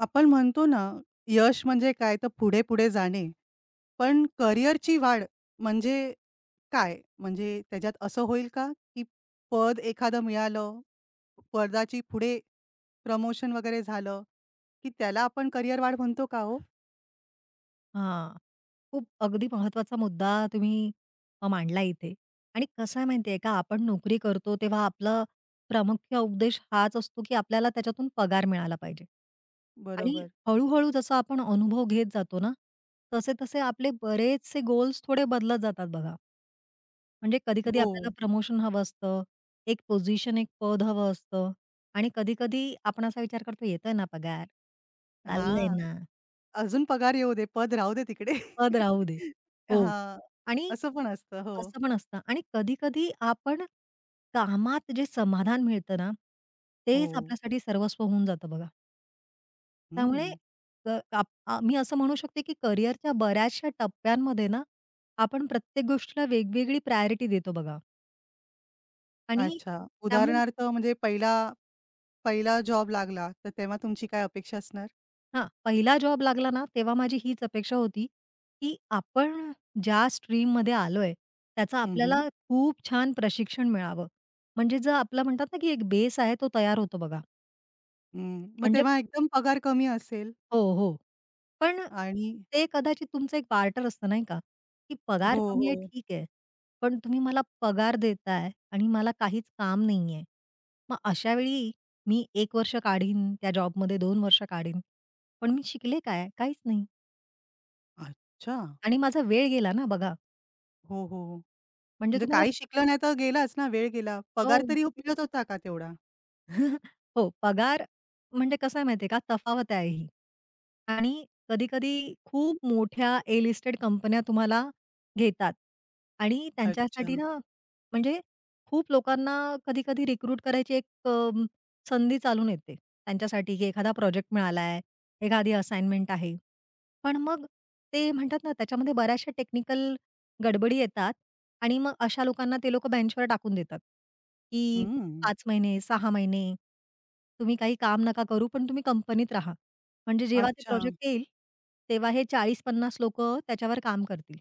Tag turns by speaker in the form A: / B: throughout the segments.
A: आपण म्हणतो ना, यश म्हणजे काय तर पुढे-पुढे जाणे. पण करिअरची वाढ म्हणजे काय? म्हणजे त्याच्यात असं होईल का, की पद एखादं मिळालं, पदाची पुढे प्रमोशन वगैरे झालं, की त्याला आपण करिअर वाढ म्हणतो का हो?
B: हां. खूप अगदी महत्त्वाचा मुद्दा तुम्ही मांडला इथे. आणि कसं आहे माहिती आहे का, आपण नोकरी करतो तेव्हा आपला प्रमुख उपदेश हाच असतो, की आपल्याला त्याच्यातून पगार मिळाला पाहिजे. आणि
A: बरोबर.
B: हळू-हळू जसं आपण अनुभव घेत जातो ना, तसे-तसे आपले बरेचसे गोल्स थोडे बदलत जातात बघा. म्हणजे कधी-कधी
A: हो.
B: आपल्याला प्रमोशन हवं असतं, एक पोझिशन, एक पद हवं असतं आणि कधी-कधी आपण असा विचार करतो, "येतोय ना पगार, चाललंय
A: हां.
B: ना,
A: अजून पगार येऊ दे, पद राहू दे तिकडे.
B: पद राहू दे." हो.
A: हां.
B: आणि
A: असं पण असतं. हो.
B: असं पण असतं आणि कधी-कधी आपण कामात जे समाधान मिळतं ना, तेच
A: हो.
B: आपल्यासाठी सर्वस्व होऊन जातं बघा. त्यामुळे
A: हं.
B: क आप आ मी असं म्हणू शकते, की करिअरच्या बऱ्याचशा टप्प्यांमध्ये ना, आपण प्रत्येक गोष्टीला वेगवेगळी प्रायोरिटी देतो बघा आणि
A: अच्छा.
B: त्यामुळे
A: उदाहरणार्थ म्हणजे पहिला पहिला जॉब लागला, तर तेव्हा तुमची काय अपेक्षा असणार?
B: हां, पहिला जॉब लागला ना, तेव्हा माझी हीच अपेक्षा होती, की आपण ज्या स्ट्रीममध्ये आलोय, त्याचं
A: हं, हं.
B: आपल्याला खूप छान प्रशिक्षण मिळावं. म्हणजे जर आपला म्हणतात ना, की एक बेस आहे तो तयार होतो बघा.
A: हं. मग
B: म्हणजे
A: तेव्हा एकदम पगार कमी असेल
B: हो, हो. पण
A: आणि
B: ते कदाचित तुमचं एक बार्टर असतं नाही का, की पगार
A: हो,
B: कमी आहे
A: हो.
B: ठीक आहे, पण तुम्ही मला पगार देताय आणि मला काहीच काम नाहीये. मग अशा वेळी मी 1 वर्ष काढीन, त्या जॉबमध्ये 2 वर्ष काढीन. पण मी शिकले काय? काहीच नाही.
A: अच्छा.
B: आणि माझा वेळ गेला ना बघा.
A: हो, हो, हो.
B: म्हणजे
A: म्हणजे
B: तुम्हाला
A: काही शिकलं नाही तर गेलाच ना, वेळ गेला.
B: हो,
A: पगार तरी मिळत होता का तेवढा?
B: हो, पगार म्हणजे कसं आहे माहिती का, तफावत आहे ही. आणि कधी-कधी खूप मोठ्या ए लिस्टेड कंपन्या तुम्हाला घेतात आणि
A: अच्छा.
B: त्यांच्यासाठी ना, म्हणजे खूप लोकांना कधी-कधी रिक्रूट करायची एक संधी चालून येते त्यांच्यासाठी, की एखादा प्रोजेक्ट मिळाला आहे, एखादी असाइनमेंट आहे. पण मग ते म्हणतात ना, त्याच्यामध्ये बऱ्याचशा टेक्निकल गडबडी येतात आणि मग अशा लोकांना ते लोकं बेंचवर टाकून देतात, की
A: हं.
B: 5 महिने, 6 महिने. तुम्ही काही काम नका करू, पण तुम्ही कंपनीत राहा. म्हणजे जेव्हा ते
A: अच्छा.
B: प्रोजेक्ट येईल, तेव्हा हे 40-50 लोकं त्याच्यावर काम करतील.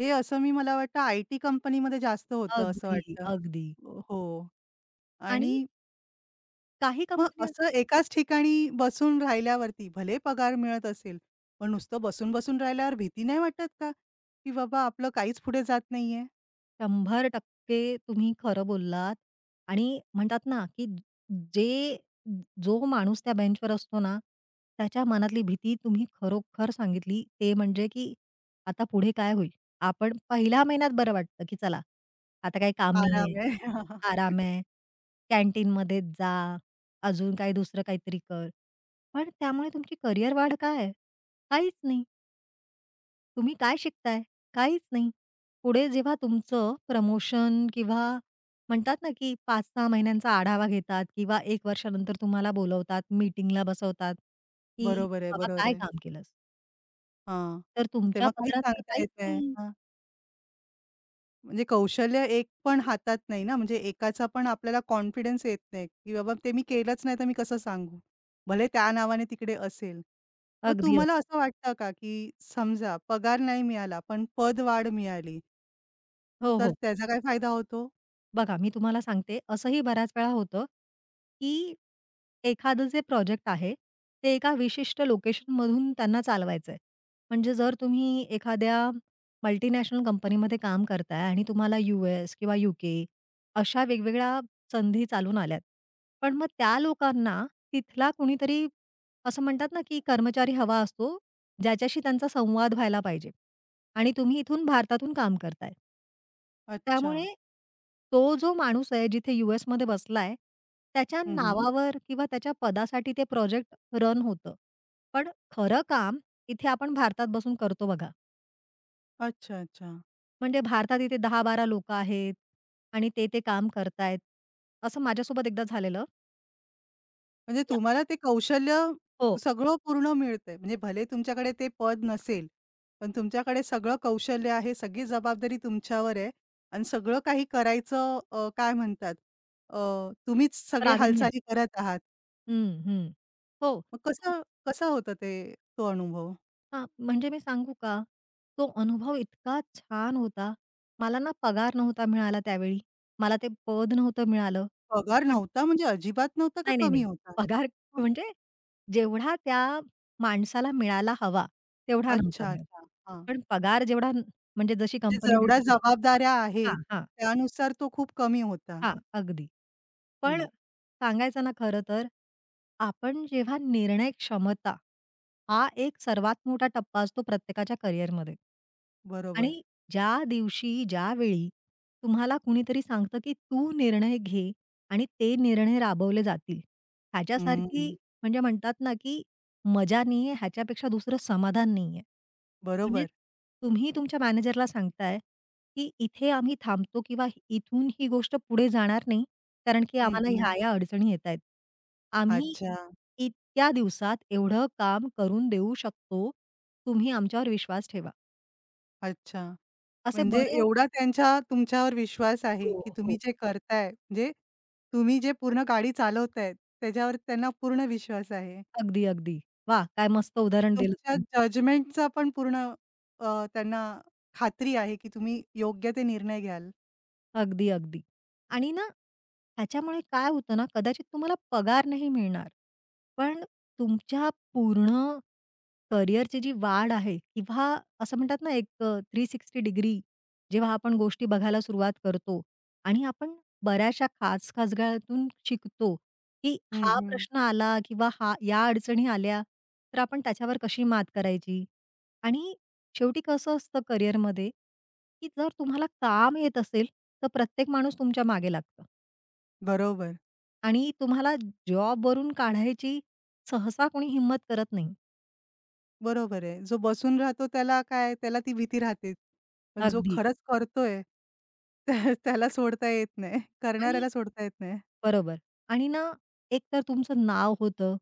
A: हे असं मी मला वाटतं आय-टी कंपनीमध्ये जास्त होतं असं
B: अगदी,
A: वाटतं.
B: अगदी.
A: हो
B: आणि
A: आणि
B: काही
A: मग
B: कंपन्या
A: असं एकाच ठिकाणी बसून राहिल्यावरती भले पगार मिळत असेल, पण नुसतं बसून-बसून राहिल्यावर भीती नाही वाटत का? की बाबा आपलं काहीच पुढे जात नाहीये.
B: 100%. तुम्ही खरं बोललात आणि म्हणतात ना, की जे जो माणूस त्या बेंचवर असतो ना, त्याच्या मनातली भीती तुम्ही खरोखर सांगितली. ते म्हणजे की आता पुढे काय होईल? आपण पहिल्या महिन्यात बरं वाटतं, की चला, आता काही काम नाहीये.
A: आराम आहे.
B: आराम आहे. कॅन्टीनमध्ये जा, अजून काही दुसरं काहीतरी कर. पण त्यामुळे तुमची करियर वाढ काय आहे? काहीच नाही. तुम्ही काय शिकताय? काहीच नाही. पुढे जेव्हा तुमचं प्रमोशन किंवा म्हणतात ना, की 5-6 महिन्यांचा आढावा घेतात किंवा 1 वर्षानंतर तुम्हाला बोलवतात, मीटिंगला बसवतात, की
A: बरोबर आहे,
B: "बाबा
A: बरोबर
B: काय
A: आहे.
B: काम केलंस?"
A: हां.
B: तर तुमच्या
A: तेव्हा काहीच
B: पदरात तर
A: सांगता येत
B: काहीच
A: नाही.
B: नाहीये.
A: हां. म्हणजे कौशल्य एक पण हातात नाही ना, म्हणजे एकाचा पण आपल्याला कॉन्फिडन्स येत नाही, की बाबा ते मी केलंच नाही तर मी कसं सांगू? भले त्या नावाने तिकडे असेल. मग
B: अगदी,
A: तुम्हाला
B: अगदी.
A: असं वाटतं का, की समजा पगार नाही मिळाला, पण पदवाढ मिळाली.
B: हो,
A: तर
B: हो.
A: त्याचा काय फायदा होतो?
B: बघा, मी तुम्हाला सांगते, असंही बऱ्याच वेळा होतं, की एखादं जे प्रोजेक्ट आहे, ते एका विशिष्ट लोकेशनमधून त्यांना चालवायचंय. म्हणजे जर तुम्ही एखाद्या मल्टीनॅशनल कंपनीमध्ये काम करताय आणि तुम्हाला यू-एस किंवा यू-के अशा वेगवेगळ्या संधी चालून आल्यात. पण मग त्या लोकांना तिथला कुणीतरी असं म्हणतात ना, की कर्मचारी हवा असतो, ज्याच्याशी त्यांचा संवाद व्हायला पाहिजे. आणि तुम्ही इथून भारतातून काम करताय.
A: अच्छा.
B: त्यामुळे तो जो माणूस आहे जिथे यू-एसमध्ये बसलाय, त्याच्या
A: हं, हं.
B: नावावर किंवा त्याच्या पदासाठी ते प्रोजेक्ट रन होतं. पण खरं काम इथे आपण भारतात बसून करतो बघा.
A: अच्छा, अच्छा.
B: म्हणजे भारतात इथे 10-12 लोकं आहेत आणि ते काम करतायत. असं माझ्यासोबत एकदा झालेलं.
A: म्हणजे
B: या
A: तुम्हाला ते कौशल्य
B: हो,
A: सगळं पूर्ण मिळतंय. म्हणजे भले तुमच्याकडे ते पद नसेल, पण तुमच्याकडे सगळं कौशल्य आहे, सगळी जबाबदारी तुमच्यावर आहे आणि सगळं काही करायचं काय म्हणतात अ, तुम्हीच सगळे
B: प्रावीण्य.
A: हालचाली करत आहात.
B: हं, हं. हो.
A: मग कसं कसं होतं ते तो अनुभव?
B: हां, म्हणजे मी सांगू का? तो अनुभव इतका छान होता. मला ना पगार नव्हता मिळाला त्यावेळी. मला ते पद नव्हतं मिळालं.
A: पगार
B: पण
A: नव्हता म्हणजे अजिबात नव्हता का
B: नाही, नाही,
A: कमी
B: नाही.
A: होता?
B: पगार
A: हं.
B: म्हणजे जेवढा त्या माणसाला मिळायला हवा, तेवढा नव्हता
A: अच्छा,
B: मिळत.
A: अच्छा. हां.
B: पण पगार जेवढा म्हणजे जशी
A: म्हणजे
B: कंपनी
A: जेवढ्या
B: देते
A: जबाबदाऱ्या आहेत,
B: हां, हां,
A: त्यानुसार तो खूप कमी होता.
B: हां. अगदी. पण
A: हं,
B: सांगायचं ना खरं तर, आपण जेव्हा निर्णय क्षमता हा एक सर्वात मोठा टप्पा असतो प्रत्येकाच्या करिअरमध्ये.
A: बरोबर.
B: आणि ज्या दिवशी, ज्यावेळी तुम्हाला कुणीतरी सांगतं, की "तू निर्णय घे आणि ते निर्णय राबवले जातील." ह्याच्यासारखी
A: हं,
B: म्हणजे म्हणतात ना, की मजा नाहीये, ह्याच्यापेक्षा दुसरं समाधान नाहीये. म्हणजे
A: बरोबर.
B: तुम्ही तुमच्या मॅनेजरला सांगताय की इथे आम्ही थांबतो किंवा इथून ही गोष्ट पुढे जाणार नाही, कारण की
A: हं,
B: आम्हाला
A: हं.
B: ह्या-ह्या अडचणी येतायत. आम्ही
A: अच्छा,
B: इतक्या दिवसात एवढं काम करून देऊ शकतो. तुम्ही आमच्यावर विश्वास ठेवा.
A: अच्छा.
B: असे
A: म्हणजे
B: बरे
A: एवढा त्यांच्या तुमच्यावर विश्वास
B: हो,
A: आहे, की तुम्ही
B: हो.
A: जे करताय, म्हणजे तुम्ही जे पूर्ण गाडी चालवताय, त्याच्यावर त्यांना पूर्ण विश्वास आहे.
B: अगदी, अगदी. वा, काय मस्त उदाहरण दिलं
A: तुमच्या
B: तुम्ही.
A: जजमेंटचा पण पूर्ण त्यांना खात्री आहे, की तुम्ही योग्य ते निर्णय घ्याल.
B: अगदी, अगदी. आणि ना, ह्याच्यामुळे काय होतं ना, कदाचित तुम्हाला पगार नाही मिळणार, पण तुमच्या पूर्ण करिअरची जी वाढ आहे किंवा असं म्हणतात ना, एक 360 डिग्री जेव्हा आपण गोष्टी बघायला सुरुवात करतो आणि आपण बऱ्याचशा खाचखाचगळ्यातून शिकतो, की
A: हं,
B: हा
A: हं.
B: प्रश्न आला किंवा या अडचणी आल्या, तर आपण त्याच्यावर कशी मात करायची आणि शेवटी कसं असतं करिअरमध्ये, की जर तुम्हाला काम येत असेल, तर प्रत्येक माणूस तुमच्या मागे लागतं
A: बरोबर.
B: आणि तुम्हाला जॉबवरून काढायची सहसा कोणी हिंमत करत नाही.
A: बरोबर आहे. जो बसून राहतो त्याला काय त्याला ती भीती राहतेच. पण जो
B: अगदी.
A: खरंच करतोय त्याला सोडता येत नाही.
B: आणि
A: करणाऱ्याला सोडता येत नाही.
B: बरोबर आणि ना, एक तर तुमचं नाव होतं.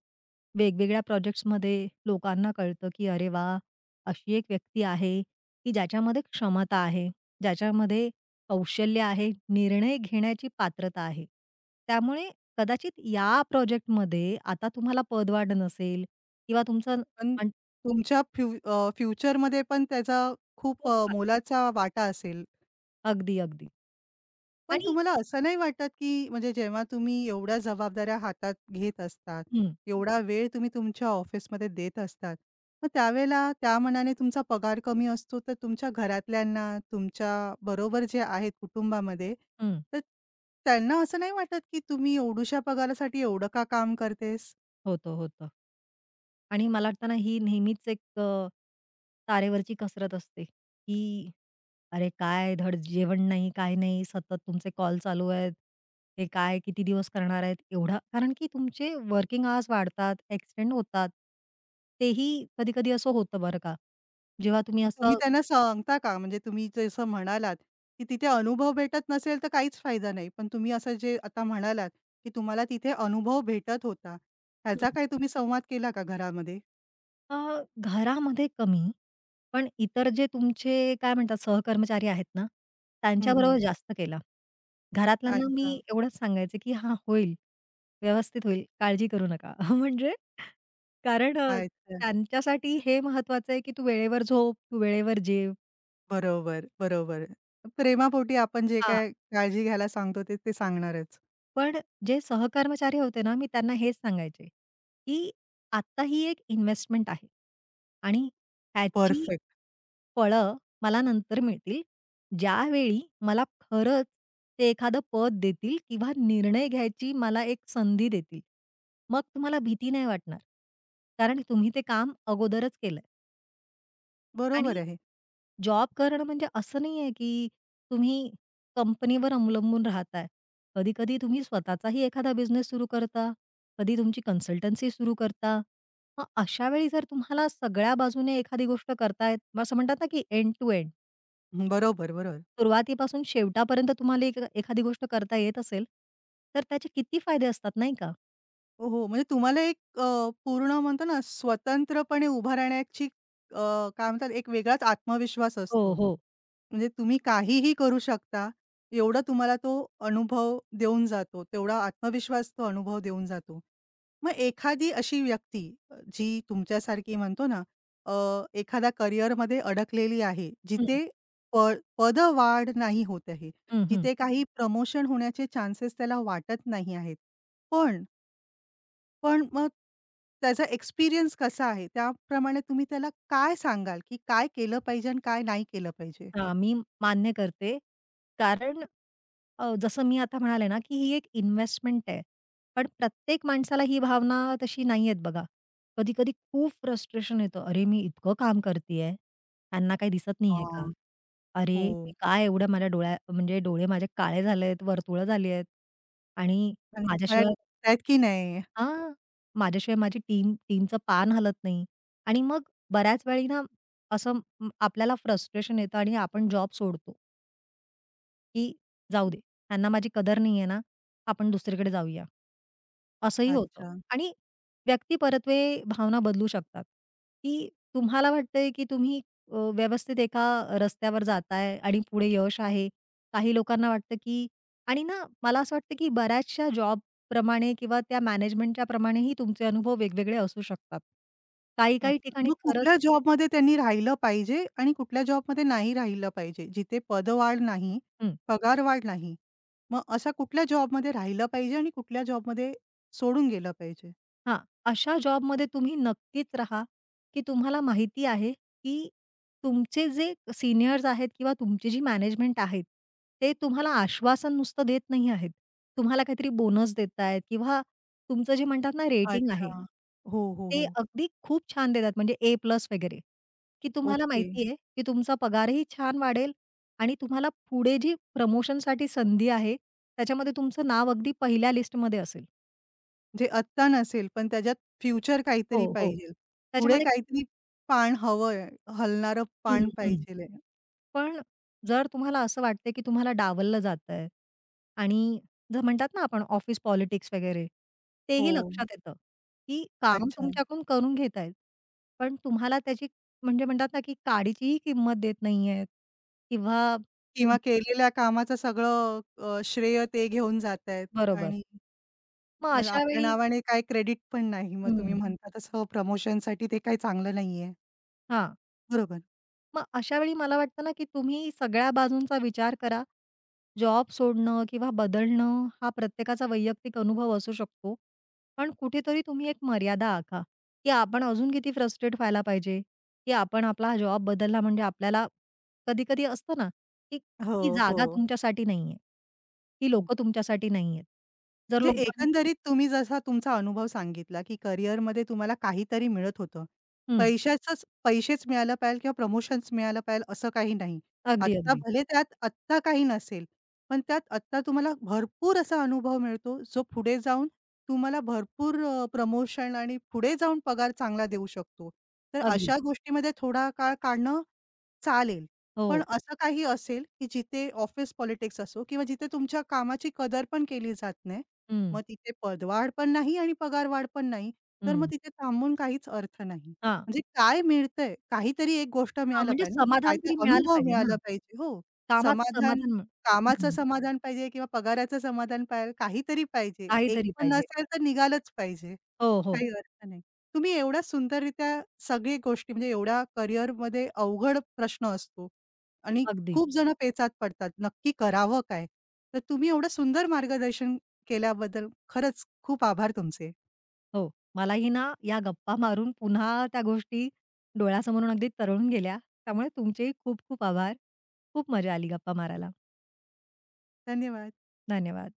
B: वेगवेगळ्या प्रोजेक्ट्समध्ये लोकांना कळतं, की अरे वा, अशी एक व्यक्ती आहे, की ज्याच्यामध्ये क्षमता आहे, ज्याच्यामध्ये कौशल्य आहे, निर्णय घेण्याची पात्रता आहे. त्यामुळे कदाचित या प्रोजेक्टमध्ये आता तुम्हाला पदवाढ नसेल किंवा तुमचं
A: पण
B: अन
A: तुमच्या फ्युचरमध्ये पण त्याचा खूप
B: खूप
A: अ,
B: फा-
A: मोलाचा वाटा असेल.
B: अगदी, अगदी.
A: पण
B: आणि
A: तुम्हाला असं नाही वाटत, की म्हणजे जेव्हा तुम्ही एवढ्या जबाबदाऱ्या हातात घेत असतात,
B: हं,
A: एवढा वेळ तुम्ही तुमच्या ऑफिसमध्ये देत असतात, मग त्यावेळेला त्या मानाने तुमचा पगार कमी असतो, तर तुमच्या घरातल्यांना, तुमच्या बरोबर जे आहेत कुटुंबामध्ये,
B: हं.
A: तर त्यांना असं नाही वाटत, की तुम्ही एवढुशा पगारासाठी एवढं का काम करतेस?
B: होतं, होतं. आणि मला वाटतं ना, ही नेहमीच एक तारेवरची कसरत असते, की अरे काय धड जेवण नाही, काय नाही, सतत तुमचे कॉल चालू आहेत. हे काय किती दिवस करणार आहेत? एवढा कारण की तुमचे वर्किंग आवर्स वाढतात, एक्सटेंड होतात. तेही कधी-कधी असं होतं बरं का. जेव्हा तुम्ही
A: मग तुम्ही
B: असं
A: त्यांना सांगता का? म्हणजे तुम्ही जसं म्हणालात, की तिथे अनुभव भेटत नसेल तर काहीच फायदा नाही. पण तुम्ही असं जे आता म्हणालात, की तुम्हाला तिथे अनुभव भेटत होता. ह्याचा काही तुम्ही संवाद केला का घरामध्ये?
B: अ, घरामध्ये कमी, पण इतर जे तुमचे काय म्हणतात सहकर्मचारी आहेत ना,
A: हं, हं.
B: त्यांच्याबरोबर जास्त केला. घरातल्यांना मी
A: अच्छा,
B: एवढंच सांगायचे, की "हां, होईल, व्यवस्थित होईल, काळजी करू नका." म्हणजे कारण
A: अच्छा.
B: त्यांच्यासाठी हे महत्वाचं आहे, की तू वेळेवर झोप, तू वेळेवर जेव.
A: बरोबर, बरोबर. प्रेमापोटी आपण जे
B: हां.
A: काय काळजी घ्यायला सांगतो ते, ते सांगणारच.
B: पण जे सहकर्मचारी होते ना, मी त्यांना हेच सांगायचे, की "आत्ता ही एक इन्व्हेस्टमेंट आहे आणि ह्याची
A: परफेक्ट.
B: फळं मला नंतर मिळतील, ज्यावेळी मला खरंच ते एखादं पद देतील किंवा निर्णय घ्यायची मला एक संधी देतील. मग तुम्हाला भीती नाही वाटणार. कारण तुम्ही ते काम अगोदरच केलंय
A: बरोबर
B: आणि
A: आहे.
B: जॉब करणं म्हणजे असं नाहीये, की तुम्ही कंपनीवर अवलंबून राहताय. कधी-कधी तुम्ही स्वतःचाही एखादा बिझनेस सुरू करता, कधी तुमची कन्सल्टन्सी सुरू करता. मग अशा वेळी जर तुम्हाला सगळ्या बाजूने एखादी गोष्ट करतायत, मग असं म्हणतात ना, की एंड टू एंड.
A: हं, बरोबर, बरोबर.
B: सुरुवातीपासून शेवटापर्यंत तुम्हाला एक एखादी गोष्ट करता येत असेल, तर त्याचे किती फायदे असतात नाही का?
A: हो, हो. म्हणजे तुम्हाला एक पूर्ण म्हणतो ना स्वतंत्रपणे उभा राहण्याची काय म्हणतात एक वेगळाच आत्मविश्वास असतो.
B: हो, हो.
A: म्हणजे तुम्ही काहीही करू शकता, एवढा तुम्हाला तो अनुभव देऊन जातो. तेवढा आत्मविश्वास तो अनुभव देऊन जातो. मग एखादी अशी व्यक्ती जी तुमच्यासारखी म्हणतो ना अ, एखाद्या करिअरमध्ये अडकलेली आहे,
B: हं,
A: जिथे प पदवाढ नाही होत आहे,
B: हं, हं.
A: जिथे काही प्रमोशन होण्याचे चान्सेस त्याला वाटत नाही आहेत. पण पण मग त्याचा एक्सपिरियन्स कसा आहे? त्याप्रमाणे तुम्ही त्याला काय सांगाल, की काय केलं पाहिजे आणि काय नाही केलं पाहिजे?
B: हां, मी मान्य करते. कारण जसं मी आता म्हणाले ना, की ही एक इन्व्हेस्टमेंट आहे. पण प्रत्येक माणसाला ही भावना तशी नाही आहेत बघा. कधी-कधी खूप फ्रस्ट्रेशन येतं. "अरे, मी इतकं काम करतीये, त्यांना काही दिसत नाहीये का?
A: हां.
B: अरे,
A: हो.
B: मी काय एवढं माझ्या म्हणजे डोळे माझे काळे झालेत, वर्तुळं झाली आहेत आणि
A: आणि ते मला
B: माझ्याशिवाय"
A: करतायत की नाही?
B: हां, "माझ्याशिवाय माझी टीमचं पान हलत नाही." आणि मग बऱ्याच वेळी ना, आपल्याला फ्रस्ट्रेशन येतं आणि आपण जॉब सोडतो. की जाऊ दे, ह्यांना माझी कदर नाहीये ना, आपण दुसरीकडे जाऊया. असंही होतं
A: अच्छा,
B: आणि व्यक्ती परत्वे भावना बदलू शकतात, की तुम्हाला वाटतंय की तुम्ही व्यवस्थित एका रस्त्यावर जाताय आणि पुढे यश आहे. काही लोकांना वाटतं की आणि ना मला असं वाटतं की बऱ्याचशा जॉबप्रमाणे किंवा त्या मॅनेजमेंटच्या प्रमाणेही तुमचे अनुभव वेगवेगळे असू शकतात. काही-काही
A: अच्छा.
B: ठिकाणी
A: मग
B: खरंच
A: कुठल्या जॉबमध्ये त्यांनी राहिलं पाहिजे आणि कुठल्या जॉबमध्ये नाही राहिलं पाहिजे? जिथे पदवाढ नाही, पगारवाढ नाही. मग अशा कुठल्या जॉबमध्ये राहिलं पाहिजे आणि कुठल्या जॉबमध्ये सोडून गेलं पाहिजे?
B: हां, अशा जॉबमध्ये तुम्ही नक्कीच राहा, की तुम्हाला माहिती आहे, की तुमचे जे सीनियर्स आहेत किंवा तुमची जी मॅनेजमेंट आहेत, ते तुम्हाला आश्वासन नुसतं देत नाही आहेत. तुम्हाला काहीतरी बोनस देत आहेत किंवा तुमचं जे म्हणतात ना रेटिंग आहे,
A: अच्छा. हो, हो,
B: ते
A: हो.
B: अगदी खूप छान देतात म्हणजे ए प्लस वगैरे, की तुम्हाला
A: ओके.
B: माहिती आहे, की तुमचा पगारही छान वाढेल आणि तुम्हाला पुढे जी प्रमोशनसाठी संधी आहे, त्याच्यामध्ये तुमचं नाव अगदी पहिल्या लिस्टमध्ये असेल.
A: म्हणजे आत्ता नसेल, पण त्याच्यात फ्युचर काहीतरी
B: हो, हो.
A: पाहिजेल. पुढे
B: त्याच्यामध्ये
A: काहीतरी पान हवंय, हलणारं
B: हं,
A: पान
B: हं.
A: पाहिजेल आहे.
B: पण जर तुम्हाला असं वाटतंय, की तुम्हाला डावललं जातंय आणि जर म्हणतात ना आपण ऑफिस पॉलिटिक्स वगैरे,
A: हो,
B: तेही लक्षात येतं, की काम
A: अच्छा.
B: तुमच्याकडून करून घेत आहेत. पण तुम्हाला त्याची म्हणजे म्हणतात ना, की काडीचीही किंमत देत नाहीयेत किंवा
A: किंवा
B: तुम
A: केलेल्या कामाचं सगळं श्रेय ते घेऊन जातायत
B: बरोबर.
A: आणि
B: मग
A: मग
B: अशा
A: आपल्या
B: वेळी
A: नावाने काय क्रेडिट पण नाही. मग तुम्ही
B: हं,
A: म्हणता तसं प्रमोशनसाठी ते काही चांगलं नाहीये.
B: हां.
A: बरोबर.
B: मग अशा वेळी मला वाटतं ना, की तुम्ही सगळ्या बाजूंचा विचार करा जॉब सोडणं किंवा बदलणं हा प्रत्येकाचा वैयक्तिक अनुभव असू शकतो. पण कुठेतरी तुम्ही एक मर्यादा आखा, की आपण अजून किती फ्रस्ट्रेट व्हायला पाहिजे, की आपण आपला हा जॉब बदलला म्हणजे आपल्याला कधी-कधी असतं ना, की
A: हो,
B: ती जागा
A: हो.
B: तुमच्यासाठी नाहीये. ती लोकं तुमच्यासाठी नाहीयेत. जर
A: म्हणजे
B: लोकां
A: एकंदरीत तुम्ही जसा तुमचा अनुभव सांगितला, की करिअरमध्ये तुम्हाला काहीतरी मिळत होतं.
B: हं.
A: पैशाचंच पैसेच मिळायला पाहिजे किंवा प्रमोशन्स मिळायला पाहिजे असं काही नाही.
B: अगदी,
A: आत्ता
B: अगदी.
A: भले त्यात आत्ता काही नसेल, पण त्यात आत्ता तुम्हाला भरपूर असा अनुभव मिळतो, जो पुढे जाऊन तुम्हाला भरपूर प्रमोशन आणि पुढे जाऊन पगार चांगला देऊ शकतो. तर
B: अगदी.
A: अशा गोष्टीमध्ये थोडा काळ काढणं चालेल.
B: हो.
A: पण असं काही असेल, की जिथे ऑफिस पॉलिटिक्स असो किंवा जिथे तुमच्या कामाची कदर पण केली जात नाही.
B: हं,
A: मग तिथे पदवाढ पण नाही आणि पगारवाढ पण नाही. तर मग
B: हं.
A: तिथे थांबून काहीच अर्थ नाही.
B: हां.
A: म्हणजे काय मिळतंय? काहीतरी एक गोष्ट
B: हां,
A: मिळायला
B: म्हणजे
A: पाहिजे ना.
B: समाधान
A: काहीतरी
B: तरी मिळालं
A: अनुभव
B: पाहिजे ना.
A: मिळाला पाहिजे. हो.
B: कामाचं
A: समाधान,
B: समाधान मिळ-
A: कामाचं
B: हं.
A: समाधान पाहिजे किंवा पगाराचं समाधान पाहिजे. काहीतरी पाहिजे. एक
B: काहीतरी
A: पण
B: पाहिजे.
A: नसेल तर निघालच पाहिजे.
B: हो, हो.
A: काही अर्थ नाही. तुम्ही एवढ्या सुंदररित्या सगळी गोष्टी म्हणजे एवढ्या करिअरमध्ये अवघड प्रश्न असतो आणि
B: अगदी.
A: खूप जण पेचात पडतात. नक्की करावं काय? तर तुम्ही एवढं सुंदर मार्गदर्शन केल्याबद्दल खरंच खूप आभार तुमचे.
B: हो. मलाही ना या गप्पा मारून पुन्हा त्या गोष्टी डोळ्यासमोरून अगदी तरळून गेल्या. त्यामुळे तुमचेही खूप खूप आभार. खूप मजा आली गप्पा मारायला.
A: धन्यवाद.
B: धन्यवाद.